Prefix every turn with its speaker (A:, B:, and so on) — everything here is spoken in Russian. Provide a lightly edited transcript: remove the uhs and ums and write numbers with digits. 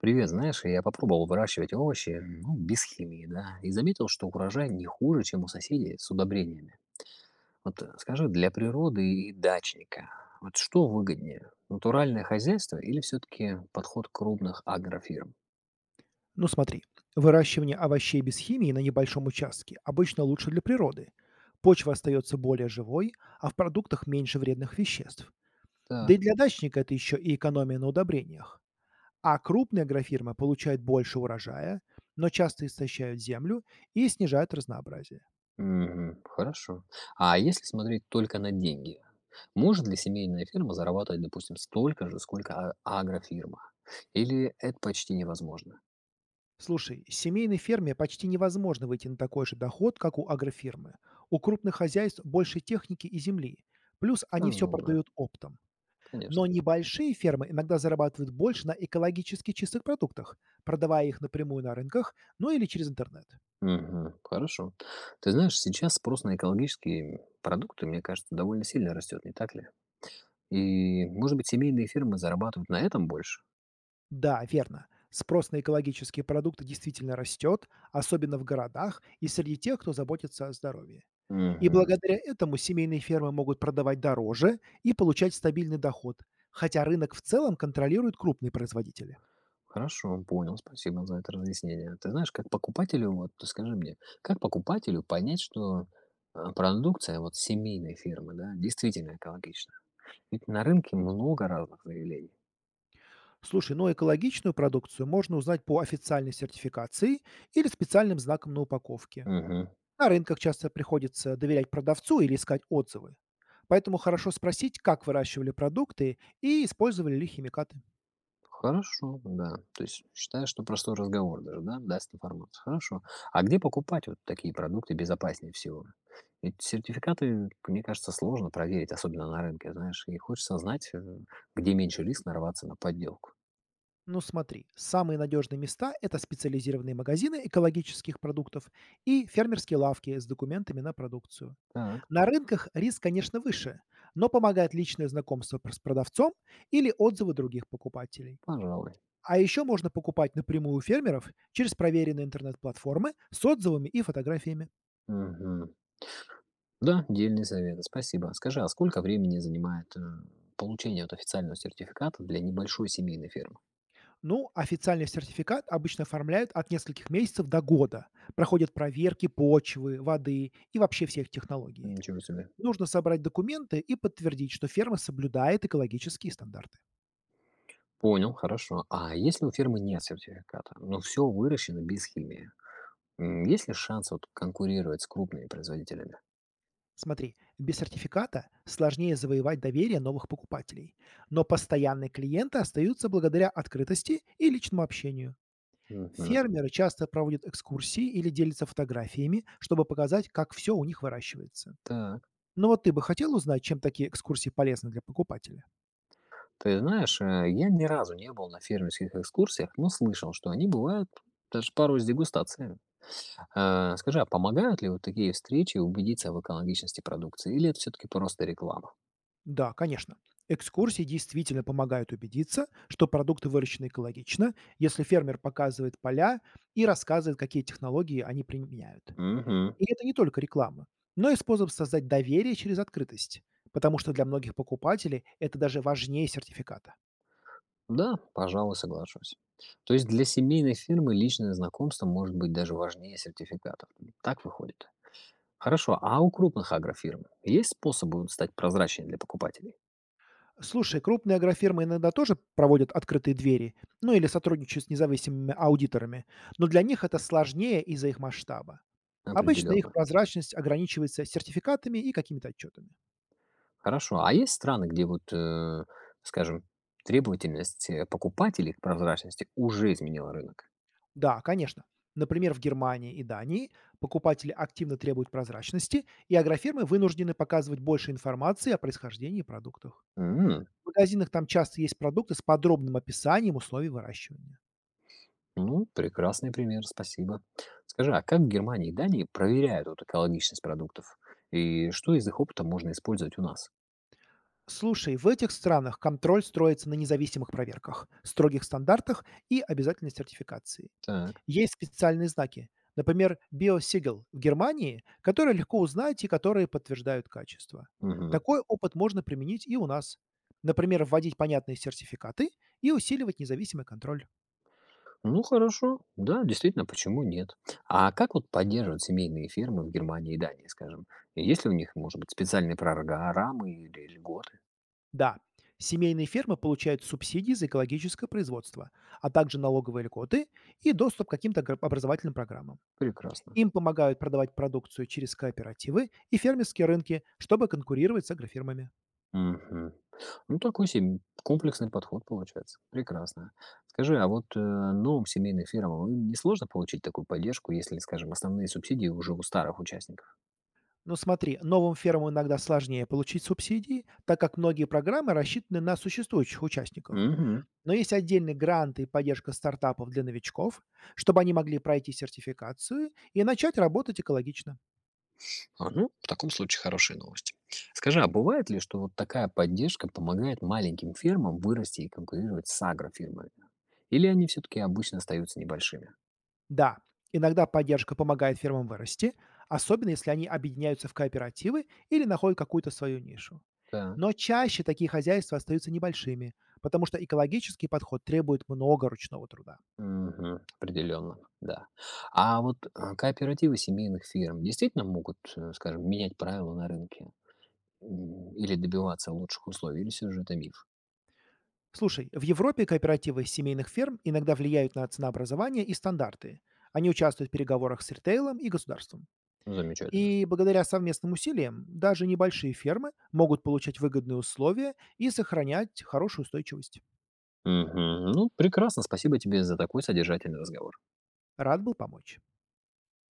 A: Привет, знаешь, я попробовал выращивать овощи, ну, без химии, да, и заметил, что урожай не хуже, чем у соседей с удобрениями. Вот скажи, для природы и дачника, вот что выгоднее, натуральное хозяйство или все-таки подход крупных агрофирм?
B: Ну смотри, выращивание овощей без химии на небольшом участке обычно лучше для природы. Почва остается более живой, а в продуктах меньше вредных веществ. Да и
A: Так,
B: для дачника это еще и экономия на удобрениях. А крупные агрофирмы получают больше урожая, но часто истощают землю и снижают разнообразие.
A: мгм, хорошо. А если смотреть только на деньги, может ли семейная фирма зарабатывать, допустим, столько же, сколько агрофирма? Или это почти невозможно?
B: Слушай, семейной ферме почти невозможно выйти на такой же доход, как у агрофирмы. У крупных хозяйств больше техники и земли. Плюс они все
A: Разумно,
B: продают оптом.
A: конечно.
B: Но небольшие фермы иногда зарабатывают больше на экологически чистых продуктах, продавая их напрямую на рынках, ну или через интернет.
A: Мгм. Хорошо. Ты знаешь, сейчас спрос на экологические продукты, мне кажется, довольно сильно растет, не так ли? И, может быть, семейные фирмы зарабатывают на этом больше?
B: Да, верно. Спрос на экологические продукты действительно растет, особенно в городах и среди тех, кто заботится о здоровье. И
A: Мгм.
B: благодаря этому семейные фермы могут продавать дороже и получать стабильный доход, хотя рынок в целом контролируют крупные производители.
A: Хорошо, понял. Спасибо за это разъяснение. Ты знаешь, как покупателю, вот ты скажи мне, как покупателю понять, что а, продукция вот семейной фирмы, да, действительно экологична? Ведь на рынке много разных заявлений.
B: Слушай, ну экологичную продукцию можно узнать по официальной сертификации или специальным знаком на упаковке.
A: Мгм.
B: На рынках часто приходится доверять продавцу или искать отзывы. Поэтому хорошо спросить, как выращивали продукты и использовали ли химикаты.
A: Хорошо, да. То есть считаю, что простой разговор даже, да, даст информацию. Хорошо. А где покупать вот такие продукты безопаснее всего? Ведь сертификаты, мне кажется, сложно проверить, особенно на рынке, знаешь, и хочется знать, где меньше риск нарваться на подделку.
B: Ну смотри, самые надежные места – это специализированные магазины экологических продуктов и фермерские лавки с документами на продукцию.
A: Так,
B: На рынках риск, конечно, выше, но помогает личное знакомство с продавцом или отзывы других покупателей.
A: пожалуй.
B: А еще можно покупать напрямую у фермеров через проверенные интернет-платформы с отзывами и фотографиями.
A: Мгм. Да, дельный совет, спасибо. Скажи, а сколько времени занимает получение вот официального сертификата для небольшой семейной фирмы?
B: Ну, официальный сертификат обычно оформляют от нескольких месяцев до года. Проходят проверки почвы, воды и вообще всех технологий.
A: Ничего себе.
B: Нужно собрать документы и подтвердить, что ферма соблюдает экологические стандарты.
A: Понял, хорошо. А если у фирмы нет сертификата, но все выращено без химии, М, есть ли шанс вот конкурировать с крупными производителями?
B: Смотри, без сертификата сложнее завоевать доверие новых покупателей, но постоянные клиенты остаются благодаря открытости и личному общению.
A: Мгм.
B: Фермеры часто проводят экскурсии или делятся фотографиями, чтобы показать, как все у них выращивается.
A: Так.
B: Ну вот ты бы хотел узнать, чем такие экскурсии полезны для покупателя?
A: Ты знаешь, я ни разу не был на фермерских экскурсиях, но слышал, что они бывают даже порой с дегустациями. А, скажи, а помогают ли вот такие встречи убедиться в экологичности продукции, или это все-таки просто реклама?
B: Да, конечно. Экскурсии действительно помогают убедиться, что продукты выращены экологично, если фермер показывает поля и рассказывает, какие технологии они применяют.
A: Мгм.
B: И это не только реклама, но и способ создать доверие через открытость, потому что для многих покупателей это даже важнее сертификата.
A: Да, пожалуй, соглашусь. То есть для семейной фирмы личное знакомство может быть даже важнее сертификатов. Так выходит. Хорошо, а у крупных агрофирм есть способы вот стать прозрачнее для покупателей?
B: Слушай, крупные агрофирмы иногда тоже проводят открытые двери, ну или сотрудничают с независимыми аудиторами, но для них это сложнее из-за их масштаба. Обычно их
A: Определенно.
B: прозрачность ограничивается сертификатами и какими-то отчетами.
A: Хорошо. А есть страны, где вот, скажем, требовательность, покупателей к прозрачности уже изменила рынок?
B: Да, конечно. Например, в Германии и Дании покупатели активно требуют прозрачности, и агрофирмы вынуждены показывать больше информации о происхождении продуктов.
A: М,
B: В магазинах там часто есть продукты с подробным описанием условий выращивания.
A: ну, прекрасный пример, спасибо. Скажи, а как в Германии и Дании проверяют вот экологичность продуктов? И что из их опыта можно использовать у нас?
B: Слушай, в этих странах контроль строится на независимых проверках, строгих стандартах и обязательной сертификации.
A: Так.
B: Есть специальные знаки, например, Биосигл в Германии, которые легко узнать и которые подтверждают качество.
A: Мгм.
B: Такой опыт можно применить и у нас. Например, вводить понятные сертификаты и усиливать независимый контроль.
A: Ну, хорошо. Да, действительно, почему нет? А как вот поддерживают семейные фермы в Германии и Дании, скажем? И есть ли у них, может быть, специальные программы или льготы?
B: Да, семейные фермы получают субсидии за экологическое производство, а также налоговые льготы и доступ к каким-то образовательным программам.
A: Прекрасно.
B: Им помогают продавать продукцию через кооперативы и фермерские рынки, чтобы конкурировать с агрофирмами.
A: Мгм. Ну, такой себе комплексный подход получается. Прекрасно. Скажи, а вот, новым семейным фирмам им не сложно получить такую поддержку, если, скажем, основные субсидии уже у старых участников?
B: Ну смотри, новым фермам иногда сложнее получить субсидии, так как многие программы рассчитаны на существующих участников.
A: Мгм.
B: Но есть отдельные гранты и поддержка стартапов для новичков, чтобы они могли пройти сертификацию и начать работать экологично.
A: А, ну, в таком случае хорошие новости. Скажи, а бывает ли, что вот такая поддержка помогает маленьким фирмам вырасти и конкурировать с агрофирмами? Или они все-таки обычно остаются небольшими?
B: Да, иногда поддержка помогает фермам вырасти, особенно если они объединяются в кооперативы или находят какую-то свою нишу.
A: Так.
B: Но чаще такие хозяйства остаются небольшими, потому что экологический подход требует много ручного труда.
A: Определенно, да. А вот, кооперативы семейных фирм действительно могут, скажем, менять правила на рынке? М, или добиваться лучших условий, или все же это миф?
B: Слушай, в Европе кооперативы семейных ферм иногда влияют на ценообразование и стандарты. Они участвуют в переговорах с ритейлом и государством.
A: Ну, замечательно.
B: И благодаря совместным усилиям даже небольшие фермы могут получать выгодные условия и сохранять хорошую устойчивость.
A: Мгм. Ну, прекрасно. Спасибо тебе за такой содержательный разговор.
B: Рад был помочь.